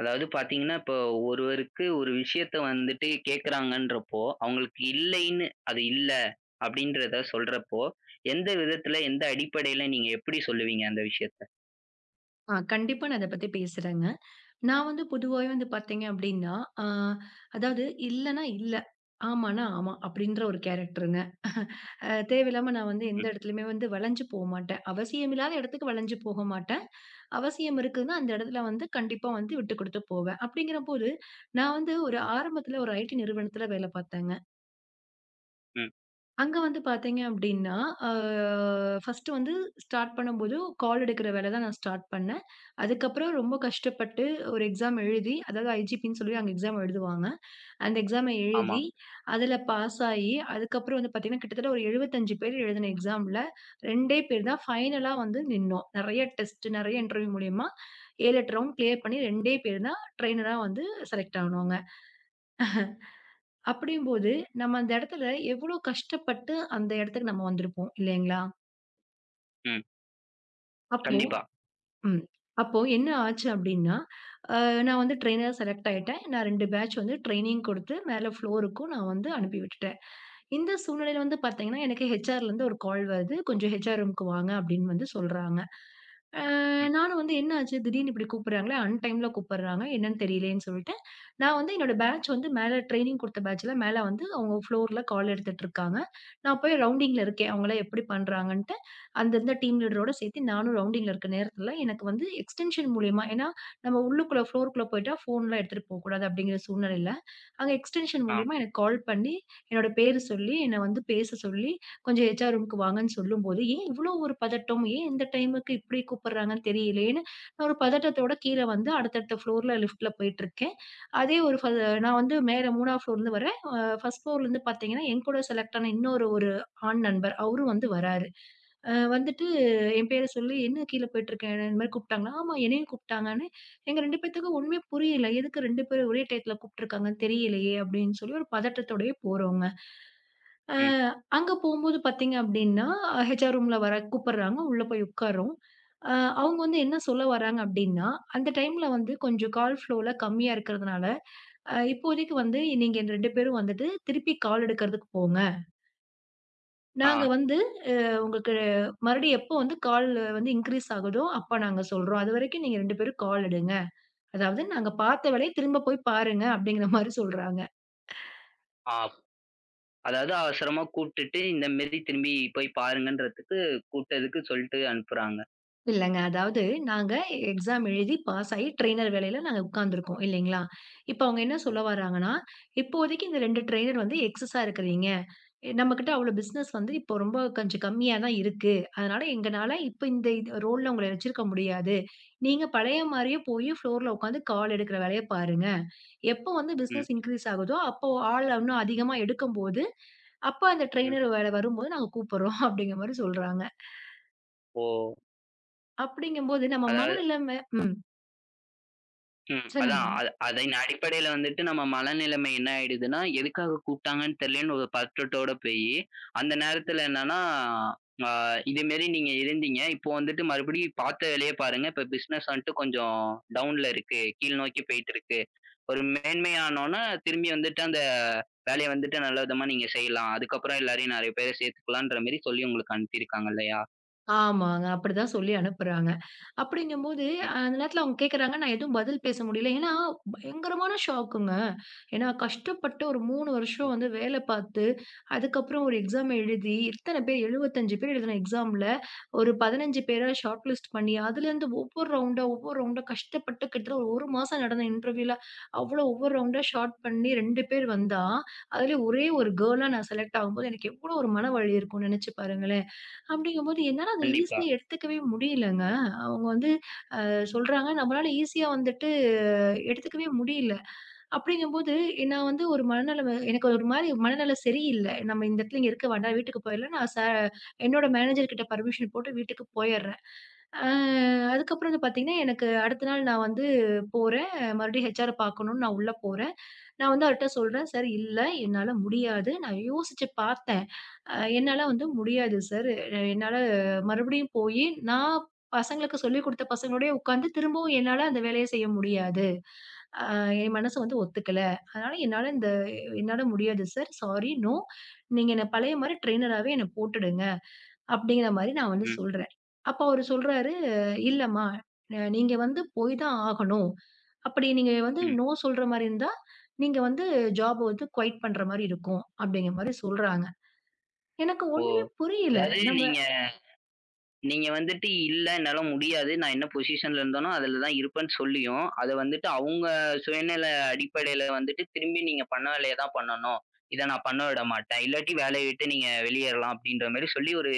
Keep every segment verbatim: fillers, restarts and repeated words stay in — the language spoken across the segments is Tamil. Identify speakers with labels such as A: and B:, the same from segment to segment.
A: அதாவது பார்த்தீங்கன்னா, இப்போ ஒருவருக்கு ஒரு விஷயத்த வந்துட்டு கேட்குறாங்கன்றப்போ, அவங்களுக்கு இல்லைன்னு, அது இல்ல அப்படின்றத சொல்றப்போ, எந்த விதத்துல, எந்த அடிப்படையில நீங்க எப்படி சொல்லுவீங்க அந்த விஷயத்த?
B: ஆ கண்டிப்பா நான் அத பத்தி பேசுறேங்க. நான் வந்து பொதுவாவே வந்து பார்த்தீங்க அப்டின்னா, ஆ அதாவது இல்லன்னா இல்ல, ஆமான்னா ஆமா அப்டின்ற ஒரு கேரக்டருங்க. அ தேவையில்லாம நான் வந்து எந்த
A: ம்,
B: இடத்துலயுமே வந்து வளைஞ்சு போமாட்டேன். அவசியமில்லாத இடத்துக்கு வளைஞ்சு போக மாட்டேன். அவசியம் இருக்குதுன்னா, அந்த இடத்துல வந்து கண்டிப்பா வந்து விட்டு குடுத்து போவேன். அப்டிங்கிறபோது, நான் வந்து ஒரு ஆரம்பத்துல ஒரு ஐடி நிறுவனத்துல வேல பார்த்தேங்க.
A: ம்.
B: அங்க வந்து பார்த்தீங்க அப்டின்னா, அ ஃபர்ஸ்ட்டு வந்து ஸ்டார்ட் பண்ணும்போது கால் எடுக்கிற வேல தான் நான் ஸ்டார்ட் பண்ணேன். அதுக்கப்புறம் ரொம்ப கஷ்டப்பட்டு ஒரு எக்ஸாம் எழுதி, அதாவது ஐஜிபின்னு சொல்லி அங்க எக்ஸாம் எழுதுவாங்க. அந்த எக்ஸாம
A: ஆமா.
B: எழுதி, அதுல பாஸ் ஆயி, அதுக்கப்புறம் வந்து பார்த்தீங்கன்னா, கிட்டத்தட்ட ஒரு எழுபத்தி ஐந்து பேர் எழுதின எக்ஸாம்ல 2டே பேர் தான் ஃபைனலா வந்து நின்னோம். நெறைய டெஸ்ட், நெறைய இன்டர்வியூ மூலியமா ஏழு, எட்டு ரவுண்ட் கிளியர் பண்ணி 2டே பேர் தான் ட்ரெய்னரா வந்து செலக்ட் ஆனோங்க. அப்படியும்போது, நம்ம அந்த இடத்துல எவ்வளோ கஷ்டப்பட்டு அந்த இடத்துக்கு நம்ம வந்திருப்போம் இல்லைங்களா?
A: ம்.
B: அப்போ
A: கண்டிப்பா.
B: ம். அப்போ என்ன ஆச்சு அப்படின்னா, அ நான் வந்து ட்ரெய்னரா செலக்ட் ஆயிட்டேன். நான் ரெண்டு பேட்ச் வந்து ட்ரெய்னிங் கொடுத்து மேல ஃப்ளோருக்கும் நான் வந்து அனுப்பி விட்டுட்டேன். இந்த சூழ்நிலையில வந்து பார்த்தீங்கன்னா, எனக்கு ஹெச்ஆர்லேருந்து ஒரு கால் வருது. "கொஞ்சம் ஹெச்ஆர் ரூமுக்கு வாங்க" அப்படின்னு வந்து சொல்றாங்க. அ
A: ம்.
B: நானும் வந்து என்ன ஆச்சு திடீர்னு இப்படி கூப்பிடுறாங்களே, அன்டைம்ல கூப்பிடுறாங்க. என்னன்னு தெரியலையேன்னு சொல்லிட்டு, நான் வந்து என்னோட பேட்ச் வந்து மேல ட்ரெய்னிங் குடுத்த பேட்ச்ல மேல வந்து அவங்க ஃப்ளோர்ல கால் எடுத்துட்டு இருக்காங்க. நான் போய் ரவுண்டிங்ல இருக்கேன். அவங்கலாம் எப்படி பண்றாங்கன்ட்டு, அந்த இருந்த டீம் லீடரோட சேர்த்து நானும் ரவுண்டிங்ல இருக்க நேரத்துல எனக்கு வந்து எக்ஸ்டென்ஷன் மூலியமா ஏன்னா, நம்ம உள்ளுக்குள்ள ஃப்ளோருக்குள்ள போயிட்டா ஃபோன்லாம் எடுத்துட்டு போகக்கூடாது அப்படிங்கிற சூழ்நிலையில, அங்க எக்ஸ்டென்ஷன்
A: ஆ.
B: மூலியமா எனக்கு கால் பண்ணி, என்னோட பேரு சொல்லி, என்ன வந்து பேச சொல்லி, கொஞ்சம் ஹெச்ஆர் ரூமுக்கு வாங்கன்னு சொல்லும்போது, ஏன் இவ்ளோ ஒரு பதட்டம்? ஏன் இந்த டைமுக்கு இப்படி கூப்பிடுறாங்கன்னு தெரியலையேன்னு, நான் ஒரு பதட்டத்தோட கீழ வந்து அடுத்தடுத்த ஃப்ளோர்ல லிஃப்ட்ல போயிட்டுருக்கேன். அதே ஒரு ஃப நான் வந்து மேல மூணாவது ஃப்ளோர்லருந்து வரேன். அ ஃபர்ஸ்ட் ஃப்ளோர்லருந்து பார்த்தீங்கன்னா, என் கூட செலக்ட் ஆன இன்னொரு ஒரு ஆண் நண்பர். அவரும் வந்து வராரு. அ வந்துட்டு என் பேர சொல்லி, "என்ன கீழ போயிட்டுருக்க? இந்த மாரி கூப்பிட்டாங்களா?" "ஆமா, என்னையும் கூப்பிட்டாங்கன்னு." எங்க ரெண்டு பேத்துக்கும் ஒண்ணுமே புரியல. எதுக்கு ரெண்டு பேரும் ஒரே டயத்துல கூப்பிட்டுருக்காங்கன்னு தெரியலையே! அப்படின்னு சொல்லி ஒரு பதட்டத்தோடயே போறோங்க. அ
A: ம்.
B: அங்க போம்போது பார்த்தீங்க அப்படின்னா, ஹெச்ஆர் ரூம்ல வர கூப்பிடுறாங்க. உள்ள போய் உட்கார்றோம். அ அவங்க வந்து என்ன சொல்ல வராங்க அப்படின்னா, அந்த டைம்ல வந்து கொஞ்சம் கால் ஃப்ளோல கம்மியா இருக்கிறதுனால, அ "இப்போதைக்கு வந்து நீங்க ரெண்டு பேரும் வந்துட்டு திருப்பி கால் எடுக்கிறதுக்கு போங்க.
A: ஆ.
B: நாங்க வந்து அ உங்களுக்கு மறுபடியும் எப்போ வந்து கால் வந்து இன்கிரீஸ் ஆகுதோ, அப்ப நாங்க சொல்றோம். அதுவரைக்கும் நீங்க ரெண்டு பேரும் கால் எடுங்க. அதாவது நாங்க பார்த்த வேலைய திரும்ப போய் பாருங்க." அப்படிங்கிற மாரி சொல்றாங்க.
A: ஆ. அதாவது அவசரமா கூப்ட்டுட்டு, இந்த மாரி திரும்பி போய் பாருங்கன்றதுக்கு கூப்ட்டதுக்கு சொல்லிட்டு அனுப்புறாங்க.
B: இல்லங்க. அதாவது நாங்க எக்ஸாம் எழுதி பாஸ் ஆயி ட்ரெய்னர் வேலையில நாங்க உட்கார்ந்துருக்கோம் இல்லைங்களா? இப்ப அவங்க என்ன சொல்ல
A: ம்.
B: வராங்கன்னா, இப்போதைக்கு இந்த ரெண்டு ட்ரெய்னர் வந்து எக்ஸஸா இருக்கிறீங்க. நம்மகிட்ட அவ்வளோ பிசினஸ் வந்து இப்போ ரொம்ப கொஞ்சம் கம்மியா தான் இருக்கு. அதனால எங்கனால இப்ப இந்த இது ரோல்ல உங்கள வச்சிருக்க முடியாது. நீங்க பழைய மாரியே போய் ஃப்ளோர்ல உட்காந்து கால் எடுக்கிற வேலைய பாருங்க. எப்போ வந்து
A: ம்.
B: பிசினஸ் இன்கிரீஸ் ஆகுதோ, அப்போ ஆள் இன்னும் அதிகமா எடுக்கும்போது, அப்ப அந்த
A: ம்.
B: ட்ரெய்னர் வேல வரும்போது நாங்க கூப்புடுறோம் அப்படிங்கிற மாரி சொல்றாங்க.
A: ஓ!
B: அப்படிங்கும்போது நம்ம
A: அதாவது
B: மனநிலைமை ம்.
A: ம். அதான்.
B: சொல்லுங்க.
A: அ அதன் அடிப்படையில வந்துட்டு நம்ம மனநிலைமை என்ன ஆயிடுதுன்னா, எதுக்காக கூப்பிட்டாங்கன்னு தெரியலன்னு ஒரு பற்றட்டோட போயி, அந்த நேரத்துல என்னன்னா, ஆ, இது மாரி நீங்க இருந்தீங்க. இப்போ வந்துட்டு மறுபடியும் பார்த்த வேலைய பாருங்க. இப்ப பிசினஸ் வந்துட்டு கொஞ்சம் டவுன்ல இருக்கு. கீழ் நோக்கி போயிட்டுருக்கு. ஒரு மேன்மை ஆனோன்ன, திரும்பி வந்துட்டு அந்த வேலைய வந்துட்டு நல்ல விதமா நீங்க செய்யலாம். அதுக்கப்புறம் எல்லாரையும் நெறைய பேர சேர்த்துக்கலான்ற மாரி சொல்லி உங்களுக்கு அனுப்பியிருக்காங்க இல்லையா?
B: ஆமாங்க. அப்படிதான் சொல்லி அனுப்புறாங்க. அப்படிங்கும்போது,
A: ம்.
B: அஹ், அந்த நேரத்துல அவங்க கேட்கறாங்க. நான் எதுவும் பதில் பேச முடியல. ஏன்னா, பயங்கரமான ஷாக்குங்க. ஏன்னா, கஷ்டப்பட்டு ஒரு மூணு வருஷம்
A: ம்.
B: வந்து வேல பார்த்து, அதுக்கப்புறம் ஒரு எக்ஸாம் எழுதி, இத்தன பேர் எழுபத்தி ஐந்து பேர் எழுதின எக்ஸாம்ல, ஒரு பதினைந்து பேர ஷார்ட் லிஸ்ட் பண்ணி, அதுலேருந்து ஒவ்வொரு ரவுண்டா, ஒவ்வொரு ரவுண்டா கஷ்டப்பட்டு கிட்டத்தட்ட ஒரு 1 மாசம் நடந்த இன்டர்வியூல, அவ்வளோ ஒவ்வொரு ரவுண்டா ஷார்ட் பண்ணி ரெண்டு பேர் வந்தா, அதுலயும் ஒரே ஒரு கேர்லா நான் செலக்ட் ஆகும்போது, எனக்கு எவ்வளோ ஒரு மனவலி இருக்கும்னு நெனச்சு பாருங்களேன். அப்படிங்கும்போது என்னால அத
A: கண்டிப்பா.
B: ஈஸியா எடுத்துக்கவே முடியலங்க. அவங்க வந்து அஹ், சொல்றாங்க. நம்மளால ஈஸியா வந்துட்டு அஹ், எடுத்துக்கவே முடியல. அப்படிங்கும்போது நான் வந்து ஒரு மனநலம் எனக்கு ஒரு மாரி மனநல சரியில்ல. நம்ம இந்த இடத்துல இங்க இருக்க வேண்டாம். வீட்டுக்கு போயிடலாம். நான் ச என்னோட மேனேஜர் கிட்ட பர்மிஷன் போட்டு வீட்டுக்கு போயிர்றேன். அ அதுக்கப்புறம் வந்து பார்த்தீங்கன்னா, எனக்கு அடுத்த நாள் நான் வந்து போறேன். மறுபடியும் ஹெச்ஆர பார்க்கணும்னு நான் உள்ள போறேன். நான் வந்து அவர்ட்ட சொல்றேன். சார் இல்ல என்னால முடியாது. நான் யோசிச்சு பார்த்தேன். அ என்னால வந்து முடியாது சார். எ என்னால மறுபடியும் போயி, நான் பசங்களுக்கு சொல்லிக் குடுத்த பசங்களோடயே உட்காந்து திரும்பவும் என்னால அந்த வேலைய செய்ய முடியாது. அ என் மனசு வந்து ஒத்துக்கல. அதனால என்னால இந்த என்னால முடியாது சார். Sorry, no. நீங்க என்ன பழைய மாரி ட்ரெய்னராவே என்ன போட்டுடுங்க. அப்படிங்கிற மாரி நான் வந்து
A: ம்,
B: சொல்றேன். அப்ப அவரு சொல்றாரு, "இல்லம்மா, அ நீங்க வந்து போய் தான் ஆகணும். அப்படி நீங்க வந்து
A: ம்.
B: நோ சொல்ற மாரி இருந்தா, நீங்க வந்து ஜாப் வந்து குயிட் பண்ற மாரி இருக்கும்." அப்படிங்கிற மாரி சொல்றாங்க. எனக்கு
A: ஓ!
B: ஒண்ணுமே புரியல.
A: அதாவது
B: நம்ம
A: நீங்க நீங்க வந்துட்டு, "இல்ல என்னால முடியாது. நான் என்ன பொசிஷன்ல இருந்தேனோ, அதுல தான் இருப்பேன்னு" சொல்லியும், அத வந்துட்டு அவுங்க சுயநல அடிப்படையில வந்துட்டு, திரும்பி நீங்க பண்ண வேலைய தான் பண்ணணும். இத நான் பண்ண விட மாட்டேன். இல்லாட்டி வேலைய விட்டு நீங்க வெளியேறலாம் அப்டின்ற மாரி சொல்லி ஒரு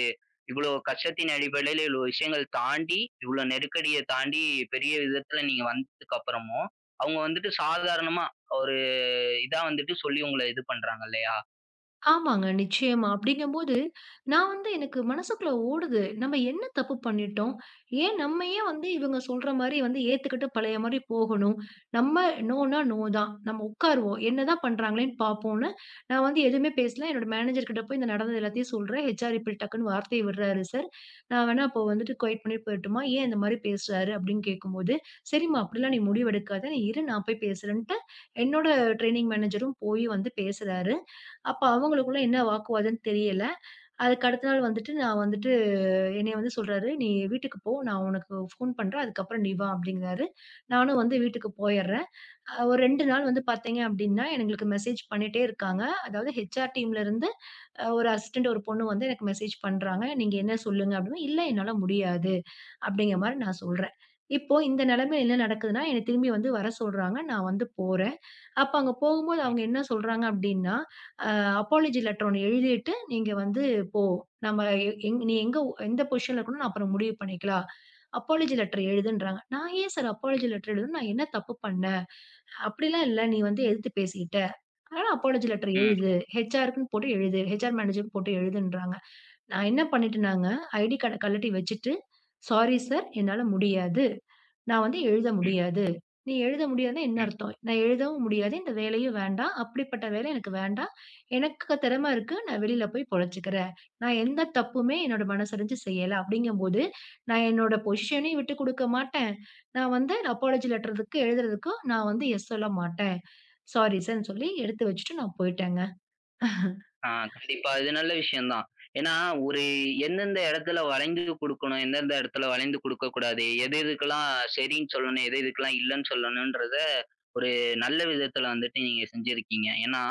A: இவ்ளோ கஷ்டத்தின் அடிப்படையில இவ்ளோ விஷயங்கள் தாண்டி, இவ்ளோ நெருக்கடிய தாண்டி பெரிய விதத்துல நீங்க வந்ததுக்கு அப்புறமும், அவுங்க வந்துட்டு சாதாரணமா ஒரு இதா வந்துட்டு சொல்லி உங்கள இது பண்றாங்க இல்லையா?
B: ஆமாங்க. நிச்சயமா. அப்படிங்கும்போது, நான் வந்து எனக்கு மனசுக்குள்ள ஓடுது. நம்ம என்ன தப்பு பண்ணிட்டோம்? ஏன் நம்ம ஏன் வந்து இவங்க சொல்ற மாரி வந்து ஏத்துக்கிட்டு பழைய மாரி போகணும்? நம்ம நோனா நோ தான். நம்ம உட்காருவோம். என்னதான் பண்றாங்களேன்னு பார்ப்போம்ன்னு, நான் வந்து எதுவுமே பேசல. என்னோட மேனேஜர் கிட்ட போய் இந்த நடந்தது எல்லாத்தையும் சொல்றேன். ஹெச்ஆர் இப்படி டக்குன்னு வார்த்தைய விடுறாரு சார். நான் வேணா அப்போ வந்துட்டு கொயட் பண்ணிட்டு போயிரட்டுமா? ஏன் இந்த மாரி பேசுறாரு? அப்படின்னு கேட்கும்போது, சரிம்மா அப்படிலாம் நீ முடிவெடுக்காத. நீ இரு நான் போய் பேசுறேன்ட்டு, என்னோட ட்ரெய்னிங் மேனேஜரும் போய் வந்து பேசுறாரு. அப்ப அவங்களுக்குள்ள என்ன வாக்குவாதம்ன்னு தெரியல. அதுக்கு அடுத்த நாள் வந்துட்டு நான் வந்துட்டு என்னைய வந்து சொல்றாரு, "நீ வீட்டுக்கு போ. நான் உனக்கு ஃபோன் பண்றேன். அதுக்கப்புறம் நீ வா" அப்படிங்கிறாரு. நானும் வந்து வீட்டுக்கு போயிர்றேன். அ ஒரு ரெண்டு நாள் வந்து பார்த்தீங்க அப்படின்னா, எங்களுக்கு மெசேஜ் பண்ணிட்டே இருக்காங்க. அதாவது ஹெச்ஆர் டீம்ல இருந்து அ ஒரு அசிஸ்டன்ட் ஒரு பொண்ணு வந்து எனக்கு மெசேஜ் பண்றாங்க. "நீங்க என்ன சொல்லுங்க?" அப்படின்னா, "இல்ல என்னால முடியாது." அப்படிங்கிற மாரி நான் சொல்றேன். இப்போ இந்த நிலைமையில என்ன நடக்குதுன்னா, என்ன திரும்பி வந்து வர சொல்றாங்க. நான் வந்து போறேன். அப்ப அங்க போகும்போது
A: ம்.
B: அவங்க என்ன சொல்றாங்க அப்படின்னா, அ அப்பாலஜி லெட்டர் ஒண்ணு எழுதிட்டு, நீங்க வந்து போ. நம்ம எ எங் நீ எங்க எந்த பொசிஷன்ல இருக்கணும்னு அப்புறம் முடிவு பண்ணிக்கலாம். அப்பாலஜி லெட்டர் எழுதுன்றாங்க. நான் ஏன் சார் அப்பாலஜி லெட்டர் எழுதணும்? நான் என்ன தப்பு பண்ணேன்? அப்படிலாம் இல்ல. நீ வந்து எதிர்த்து பேசிக்கிட்ட. அதனால அப்பாலஜி லெட்டர்
A: ம்.
B: எழுது. ஹெச்ஆர்க்குன்னு போட்டு எழுது. ஹெச்ஆர் மேனேஜருக்கு போட்டு எழுதுன்றாங்க. நான் என்ன
A: ம்.
B: பண்ணிட்டேனாங்க, ஐடி கார்ட கழட்டி வச்சுட்டு, "சாரி சார் என்னால முடியாது. நான் வந்து எழுத முடியாது." நீ எழுத முடியாதுன்னா என்ன
A: ம்.
B: அர்த்தம்? நான் எழுதவும் முடியாது. இந்த வேலையும் வேண்டாம். அப்படிப்பட்ட வேலை எனக்கு வேண்டாம். எனக்கு திறமை இருக்கு. நான் வெளியில போய் பொழச்சுக்கிறேன். நான் எந்த தப்புமே என்னோட மனசறிஞ்சு செய்யல. அப்படிங்கும்போது, நான் என்னோட பொசிஷனையும் விட்டுக் குடுக்க மாட்டேன். நான் வந்து அப்பாலஜி லெட்டர்க்கு எழுதுறதுக்கும் நான் வந்து எஸ் சொல்ல மாட்டேன். சாரி சார்ன்னு சொல்லி எடுத்து வச்சுட்டு நான் போயிட்டேங்க.
A: ஆ, கண்டிப்பா. இது நல்ல விஷயம் தான். ஏன்னா, ஒரு எந்தெந்த இடத்துல வளைந்து குடுக்கணும், எந்தெந்த இடத்துல வளைந்து குடுக்கக்கூடாது, எது எதுக்கெல்லாம் சரின்னு சொல்லணும், எது எதுக்கெல்லாம் இல்லன்னு சொல்லணுன்றத ஒரு நல்ல விதத்துல வந்துட்டு நீங்க செஞ்சிருக்கீங்க. ஏன்னா,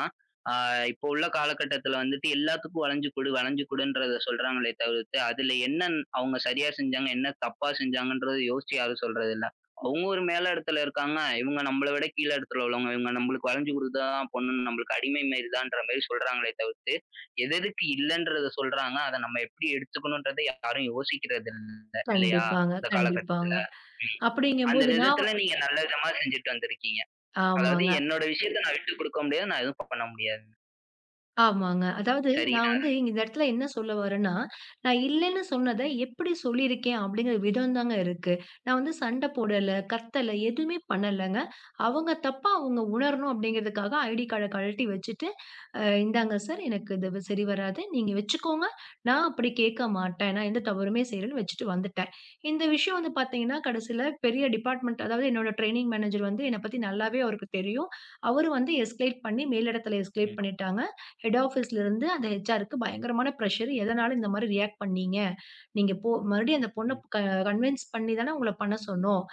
A: ஆ இப்போ உள்ள காலகட்டத்துல வந்துட்டு எல்லாத்துக்கும் வளைஞ்சு குடு, வளைஞ்சு குடுன்றத சொல்றாங்களே தவிர்த்து, அதுல என்ன அவங்க சரியா செஞ்சாங்க, என்ன தப்பா செஞ்சாங்கன்றத யோசிச்சு யாரும் சொல்றதில்ல. அவங்க ஒரு மேல இடத்துல இருக்காங்க. இவங்க நம்மள விட கீழ இடத்துல உள்ளவங்க. இவங்க நம்மளுக்கு வளைஞ்சு கொடுத்துதான் பண்ணணும். நம்மளுக்கு அடிமை மாரி தான்ற மாரி சொல்றாங்களே தவிர்த்து, எது எதுக்கு இல்லன்றத சொல்றாங்க. அத நம்ம எப்படி எடுத்துக்கணும்ன்றத யாரும் யோசிக்கிறது இல்ல இல்லையா?
B: கண்டிப்பாங்க,
A: இந்த காலகட்டத்துல.
B: கண்டிப்பாங்க.
A: ம். அந்த
B: அப்படிங்கும்போது நான் வ
A: விதத்துல நீங்க நல்ல விதமா செஞ்சுட்டு வந்திருக்கீங்க. அதாவது
B: ஆமாங்க.
A: என்னோட விஷயத்த நான் விட்டுக் குடுக்க முடியாது. நான் எதுவும் பண்ண முடியாது.
B: ஆமாங்க. அதாவது நான்
A: சரிதான்
B: வந்து
A: அது.
B: இங்க இந்த இடத்துல என்ன சொல்ல வரேன்னா, நான் இல்லன்னு சொன்னத எப்படி சொல்லியிருக்கேன் அப்படிங்கிற விதம் தாங்க இருக்கு. நான் வந்து சண்ட போடல, கத்தல, எதுவுமே பண்ணலங்க. அவங்க தப்பா அவங்க உணரணும் அப்படிங்கிறதுக்காக ஐடி கார்ட கழட்டி வச்சுட்டு, "அ இந்தாங்க சார் எனக்கு இது வ் சரி வராது. நீங்க வச்சுக்கோங்க. நான் அப்படி கேட்க மாட்டேன். நான் எந்த தவறுமே செய்யலன்னு" வச்சுட்டு வந்துட்டேன். இந்த விஷயம் வந்து பார்த்தீங்கன்னா, கடைசில பெரிய டிபார்ட்மெண்ட் அதாவது என்னோட ட்ரெய்னிங் மேனேஜர் வந்து என்னை பத்தி நல்லாவே அவருக்கு தெரியும். அவரும் வந்து எஸ்கலேட் பண்ணி மேலிடத்தில எஸ்கலேட்
A: ம்,
B: பண்ணிட்டாங்க. ஹெட் ஆஃபீஸ்ல இருந்து அந்த ஹெச்ஆருக்கு பயங்கரமான பிரஷர். எதனால இந்த மாரி ரியாக்ட் பண்ணீங்க? நீங்க போ மறுபடியும் அந்த பொண்ண
A: ம்,
B: க கன்வின்ஸ் பண்ணி தானே உங்கள பண்ண சொன்னோம்.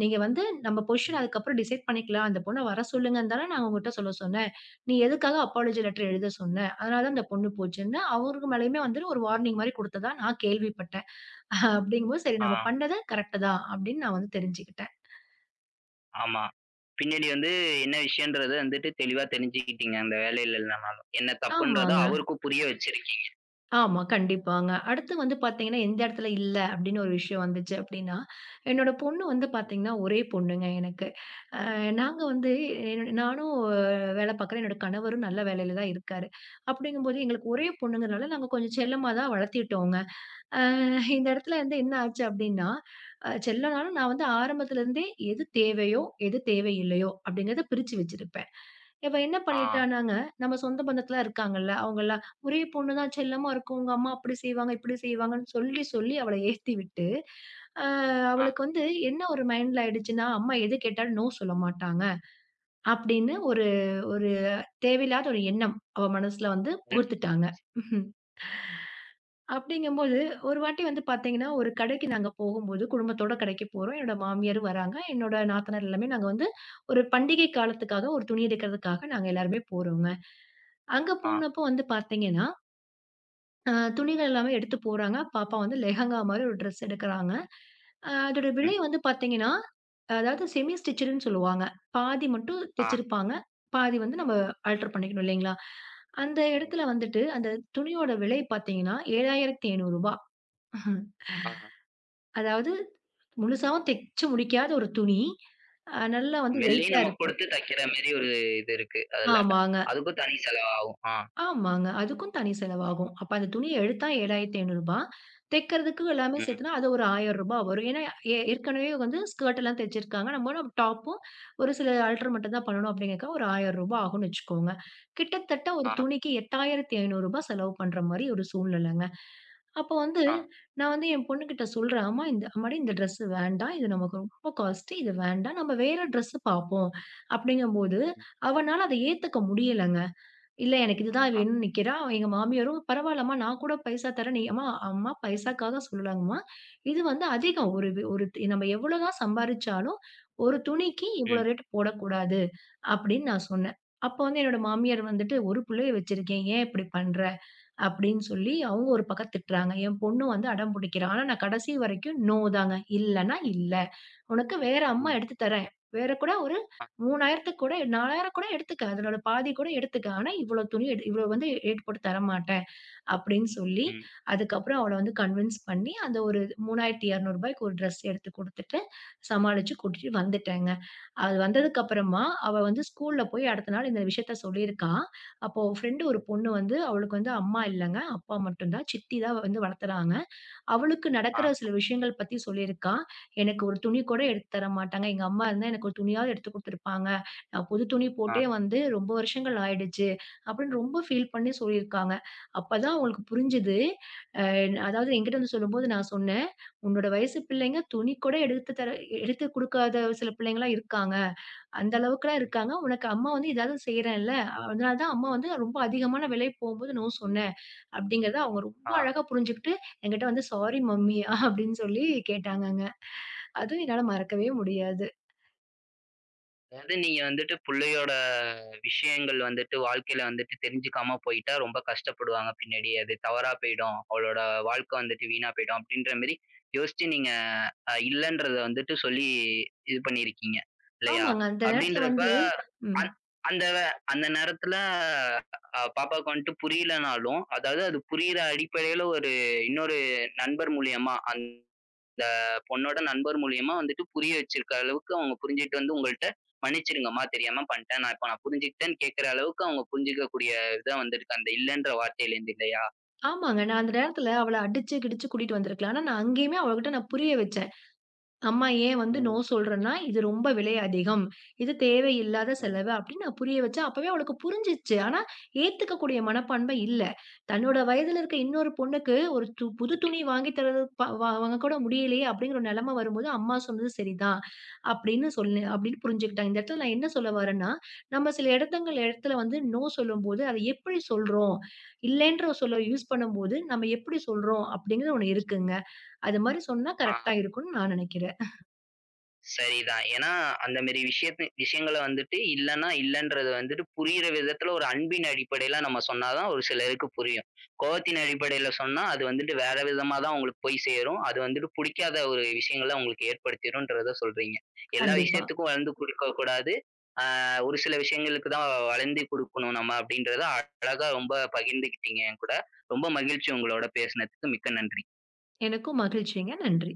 B: நீங்க வந்து நம்ம பொசிஷன்
A: ம்.
B: அதுக்கப்புறம் டிசைட் பண்ணிக்கலாம். அந்த பொண்ண வர சொல்லுங்கன்னு தானே நான் உங்ககிட்ட சொல்ல சொன்னேன். நீ எதுக்காக அப்பாலஜி லெட்டர் எழுத சொன்ன? அதனால தான் இந்த பொண்ணு போச்சுன்னு அவருக்கு மேலயுமே வந்துட்டு ஒரு வார்னிங் மாரி குடுத்ததா நான் கேள்விப்பட்டேன். அப்படிங்கும்போது சரி
A: ஆ.
B: நம்ம பண்ணது கரெக்ட்டு தான் அப்படின்னு நான் வந்து தெரிஞ்சுக்கிட்டேன்.
A: ஆமா. பின்னாடி வந்து என்ன விஷயம்ன்றத வந்துட்டு தெளிவா தெரிஞ்சுக்கிட்டீங்க. அந்த வேலையில இல்லனாலும். என்ன தப்புன்றத
B: ஆமாங்க.
A: அவருக்கும் புரிய வச்சிருக்கீங்க.
B: ஆமா, கண்டிப்பாங்க. அடுத்து வந்து பார்த்தீங்கன்னா, எந்த இடத்துல இல்ல அப்படின்னு ஒரு விஷயம் வந்துச்சு அப்படின்னா, என்னோட பொண்ணு வந்து பார்த்தீங்கன்னா, ஒரே பொண்ணுங்க எனக்கு. அ நாங்க வந்து என்னோட நானும் அஹ் வேலை பார்க்குறேன். என்னோட கணவரும் நல்ல வேலையில தான் இருக்காரு. அப்படிங்கும்போது எங்களுக்கு ஒரே பொண்ணுங்கிறனால நாங்க கொஞ்சம் செல்லமா தான் வளர்த்திட்டோங்க. அ இந்த இடத்துல வந்து என்ன ஆச்சு அப்படின்னா, அ செல்லம்னாலும் நான் வந்து ஆரம்பத்துலருந்தே எது தேவையோ, எது தேவையில்லையோ அப்படிங்கிறத பிரிச்சு வச்சிருப்பேன். இவ என்ன
A: ஆ,
B: பண்ணிட்டானாங்க, நம்ம சொந்த பந்தத்திலாம் இருக்காங்கல்ல, அவங்கலாம் ஒரே பொண்ணு தான் செல்லமா இருக்கும். உங்க அம்மா அப்படி செய்வாங்க, இப்படி செய்வாங்கன்னு சொல்லி, சொல்லி அவள ஏத்தி விட்டு, அ
A: ஆ,
B: அவளுக்கு வந்து என்ன ஒரு மைண்ட்ல ஆயிடுச்சுன்னா, அம்மா எது கேட்டாலும் நோ சொல்ல மாட்டாங்க. அப்படின்னு ஒரு ஒரு தேவையில்லாத ஒரு எண்ணம் அவ மனசுல வந்து
A: ம். ம்,
B: புகுத்துட்டாங்க. ம்ஹும். அப்படிங்கும்போது, ஒரு வாட்டி வந்து பாத்தீங்கன்னா, ஒரு கடைக்கு நாங்க போகும்போது, குடும்பத்தோட கடைக்கு போறோம். என்னோட மாமியாரும் வராங்க. என்னோட நாத்தனார் எல்லாமே நாங்க வந்து ஒரு பண்டிகை காலத்துக்காக, ஒரு துணி எடுக்கிறதுக்காக நாங்க எல்லாருமே போறோங்க. அங்க
A: ஆ,
B: போனப்போ வந்து பார்த்தீங்கன்னா, அ துணிகள் எல்லாமே எடுத்து போடுறாங்க. பாப்பா வந்து லெஹெங்கா மாரி ஒரு ட்ரெஸ் எடுக்குறாங்க. அ அதோட விலை
A: ம்,
B: வந்து பார்த்தீங்கன்னா, அதாவது செமி ஸ்டிச்சடுன்னு சொல்லுவாங்க. பாதி மட்டும்
A: ஆ,
B: தச்சிருப்பாங்க. பாதி வந்து நம்ம ஆல்டர் பண்ணிக்கணும் இல்லைங்களா? அந்த
A: ஓ!
B: இடத்துல வந்துட்டு அந்த துணியோட விலை பார்த்தீங்கன்னா, ரூ. ஏழாயிரத்து ஐநூறு.
A: ஆ.
B: அதாவது முழுசாவும் தச்சு முடிக்காத ஒரு துணி. அ நல்லா வந்து
A: வெள்ளையும்
B: வெயிட்டா
A: நம்ம
B: இருக்கு.
A: கொடுத்து தைக்கிற மாரி ஒரு இது இருக்கு அதுல.
B: ஆமாங்க.
A: அதுக்கும் தனி செலவாகும். ஆ,
B: ஆமாங்க. அதுக்கும் தனி செலவாகும். அப்ப அந்த துணிய எடுத்தா ரூ. ஏழாயிரத்து ஐநூறு தைக்கிறதுக்கு எல்லாமே
A: ம்,
B: சேர்த்துனா, அது ஒரு ரூ. ஆயிரம் வரும். ஏன்னா, ஏ ஏற்கனவே வந்து ஸ்கர்ட் எல்லாம் தைச்சிருக்காங்க. நம்ம நம்ம டாப்பும் ஒரு சில ஆல்டர் மட்டும் தான் பண்ணணும் அப்படிங்கிறக்காக ஒரு ரூ. ஆயிரம் ஆகும்னு வச்சுக்கோங்க. கிட்டத்தட்ட ஒரு
A: ஆ,
B: துணிக்கு ரூ. எட்டாயிரத்து ஐநூறு செலவு பண்ற மாரி ஒரு சூழ்நிலைங்க. அப்ப வந்து
A: ஆ,
B: நான் வந்து என் பொண்ணுகிட்ட சொல்றேன், "அம்மா இந்த அம்மாடி இந்த ட்ரெஸ் வேண்டாம். இது நமக்கு ரொம்ப காஸ்ட்டு. இது வேண்டாம். நம்ம வேற ட்ரெஸ் பார்ப்போம்." அப்படிங்கும்போது
A: ம்,
B: அவனால அத ஏத்துக்க முடியலங்க. இல்ல எனக்கு இதுதான்
A: ஆ,
B: வேணும்னு நிக்கிறா. எங்க மாமியாரும், "பரவாயில்லம்மா நான் கூட பைசா தரேன்." நீ அம்மா அம்மா பைசாக்காக சொல்லலாங்கம்மா. இது வந்து அதிகம். ஒரு வி- ஒரு தி- நம்ம எவ்வளோதான் சம்பாரிச்சாலும், ஒரு துணிக்கு இவ்வளோ
A: ம்,
B: ரேட் போடக்கூடாது அப்படின்னு நான் சொன்னேன். அப்போ வந்து என்னோட மாமியார் வந்துட்டு, "ஒரு புள்ளைய வச்சிருக்கேன். ஏன் இப்படி பண்ற?" அப்படின்னு சொல்லி அவங்க ஒரு பக்கம் திட்டுறாங்க. என் பொண்ணு வந்து அடம் பிடிக்கிறா. ஆனா நான் கடைசி வரைக்கும் நோ தாங்க. இல்லன்னா இல்ல. உனக்கு வேற அம்மா
A: ம்,
B: எடுத்து தர்றேன். வேற கூட ஒரு
A: ஆ,
B: மூணாயிரத்துக்கு கூட நாலாயிரம் கூட எடுத்துக்க. அதனோட பாதி கூட எடுத்துக்க. ஆனா இவ்ளோ துணி எடு இவ்ளோ வந்து ரேட் போட்டு தரமாட்டேன்." அப்படின்னு சொல்லி,
A: ம்,
B: அதுக்கப்புறம் அவள வந்து கன்வின்ஸ் பண்ணி, அந்த ஒரு ரூ. மூவாயிரத்து இருநூறுக்கு ஒரு ட்ரெஸ் எடுத்து குடுத்துட்டு, சமாளிச்சு கூட்டிட்டு வந்துட்டேங்க. அது வந்ததுக்கப்புறமா, அவ வந்து ஸ்கூல்ல போய் அடுத்த நாள் இந்த விஷயத்த சொல்லியிருக்கா. அப்போ அவ ஃப்ரெண்டு ஒரு பொண்ணு வந்து, அவளுக்கு வந்து அம்மா இல்லங்க. அப்பா மட்டும் தான். சித்தி தான் வந்து வளர்த்துறாங்க. அவளுக்கு
A: ஆ,
B: நடக்கிற சில விஷயங்கள் பத்தி சொல்லியிருக்கா. எனக்கு ஒரு துணி கூட எடுத்து தர மாட்டாங்க. எங்க அம்மா இருந்தா எனக்கு ஒரு துணியாவது எடுத்து குடுத்துருப்பாங்க. நான் புது துணி
A: ஆ,
B: போட்டே வந்து ரொம்ப வருஷங்கள் ஆயிடுச்சு. அப்படின்னு ரொம்ப ஃபீல் பண்ணி சொல்லியிருக்காங்க. அப்பதான் அவங்களுக்கு புரிஞ்சுது. அ அதாவது என்கிட்ட வந்து சொல்லும்போது நான் சொன்னேன், "உன்னோட வயசு பிள்ளைங்க துணி கூட எடுத்து தர எடுத்து குடுக்காத சில பிள்ளைங்கலாம் இருக்காங்க. அந்த அளவுக்குலாம் இருக்காங்க. உனக்கு அம்மா வந்து ஏதாவது செய்றேன்ல. அதனால தான் அம்மா வந்து ரொம்ப அதிகமான விலை போகும்போது நோ சொன்னேன்." அப்படிங்கிறத அவங்க ரொம்ப
A: ஆ.
B: அழகா புரிஞ்சுகிட்டு, என்கிட்ட வந்து "சாரி மம்மி" அப்படின்னு சொல்லி கேட்டாங்கங்க. அதுவும் என்னால மறக்கவே முடியாது.
A: அதாவது நீங்க வந்துட்டு புள்ளையோட விஷயங்கள் வந்துட்டு வாழ்க்கையில வந்துட்டு தெரிஞ்சுக்காம போயிட்டா ரொம்ப கஷ்டப்படுவாங்க பின்னாடி. அது தவறா போயிடும். அவளோட வாழ்க்கை வந்துட்டு வீணா போயிடும் அப்படின்ற மாரி யோசிச்சு நீங்க அ இல்லன்றத வந்துட்டு சொல்லி இது பண்ணியிருக்கீங்க இல்லையா?
B: ஆமாங்க. அந்த நேரத்துல
A: அப்படின்றப்ப
B: வந்து ம்.
A: அந் அந்த அந்த நேரத்துல அ பாப்பாவுக்கு வந்துட்டு புரியலனாலும், அதாவது அது புரியிற அடிப்படையில ஒரு இன்னொரு நண்பர் மூலியமா அந் இந்த பொண்ணோட நண்பர் மூலியமா வந்துட்டு புரிய வச்சிருக்க அளவுக்கு அவங்க புரிஞ்சுகிட்டு வந்து உங்கள்ட்ட மன்னிச்சிடுங்கம்மா தெரியாம பண்ணிட்டேன். நான் இப்ப நான் புரிஞ்சுக்கிட்டேன்னு கேட்கிற அளவுக்கு அவங்க புரிஞ்சுக்கக்கூடிய இதா வந்திருக்கு. அந்த இல்லன்ற வார்த்தையிலேருந்து இல்லையா?
B: ஆமாங்க. நான் அந்த நேரத்துல அவள அடிச்சு கிடிச்சு கூட்டிட்டு வந்திருக்கலாம். ஆனா, நான் அங்கேயுமே அவகிட்ட நான்
A: ம்.
B: புரிய வச்சேன். அம்மா ஏன் வந்து நோ
A: ம்.
B: சொல்றேன்னா,
A: கண்டிப்பா.
B: இது ரொம்ப விலை அதிகம். இது தேவையில்லாத
A: ம்.
B: செலவு அப்படின்னு நான் புரிய வச்சேன். அப்பவே அவளுக்கு புரிஞ்சுச்சு. ஆனா, ஏத்துக்கக்கூடிய மனப்பான்மை இல்ல. தன்னோட வயதுல இருக்க இன்னொரு பொண்ணுக்கு ஒரு து புது
A: ம்.
B: துணி வாங்கி தரது ப வா வாங்க கூட முடியலையே அப்படிங்கிற ஒரு நிலைமை வரும்போது, அம்மா சொன்னது சரிதான். அப்படின்னு சொல்லு அப்படின்னு புரிஞ்சுக்கிட்டாங்க. இந்த இடத்துல நான் என்ன சொல்ல வரேன்னா, நம்ம சில இடத்துங்கள் இடத்துல வந்து நோ சொல்லும்போது, அதை எப்படி சொல்றோம்? இல்லைன்ற ஒரு சொல்ல யூஸ் பண்ணும்போது, நம்ம எப்படி சொல்றோம்? அப்படிங்கிறது ஒண்ணு இருக்குங்க. அது மாரி சொன்னா
A: ஆ.
B: கரெக்ட்டா இருக்கும்னு நான் நினைக்கிறேன்.
A: சரிதான். ஏன்னா, அந்த மாரி விஷயத்த விஷயங்கள வந்துட்டு இல்லன்னா இல்லன்றத வந்துட்டு புரியிற விதத்துல ஒரு அன்பின் அடிப்படையில நம்ம சொன்னா தான் ஒரு சிலருக்கு புரியும். கோவத்தின் அடிப்படையில சொன்னா அது வந்துட்டு வேற விதமா தான் உங்களுக்கு போய் சேரும். அது வந்துட்டு புடிக்காத ஒரு விஷயங்கள உங்களுக்கு ஏற்படுத்திரும்ன்றத சொல்றீங்க. எல்லா
B: கண்டிப்பா.
A: விஷயத்துக்கும் வளந்து குடுக்கக்கூடாது. அ ஒரு சில விஷயங்களுக்கு தான் வளந்து குடுக்கணும் நம்ம அப்டின்றத அழகா ரொம்ப பகிர்ந்துக்கிட்டீங்க என் கூட. ரொம்ப மகிழ்ச்சி உங்களோட பேசுனதுக்கு. மிக்க நன்றி.
B: எனக்கும் மகிழ்ச்சிங்க. நன்றி.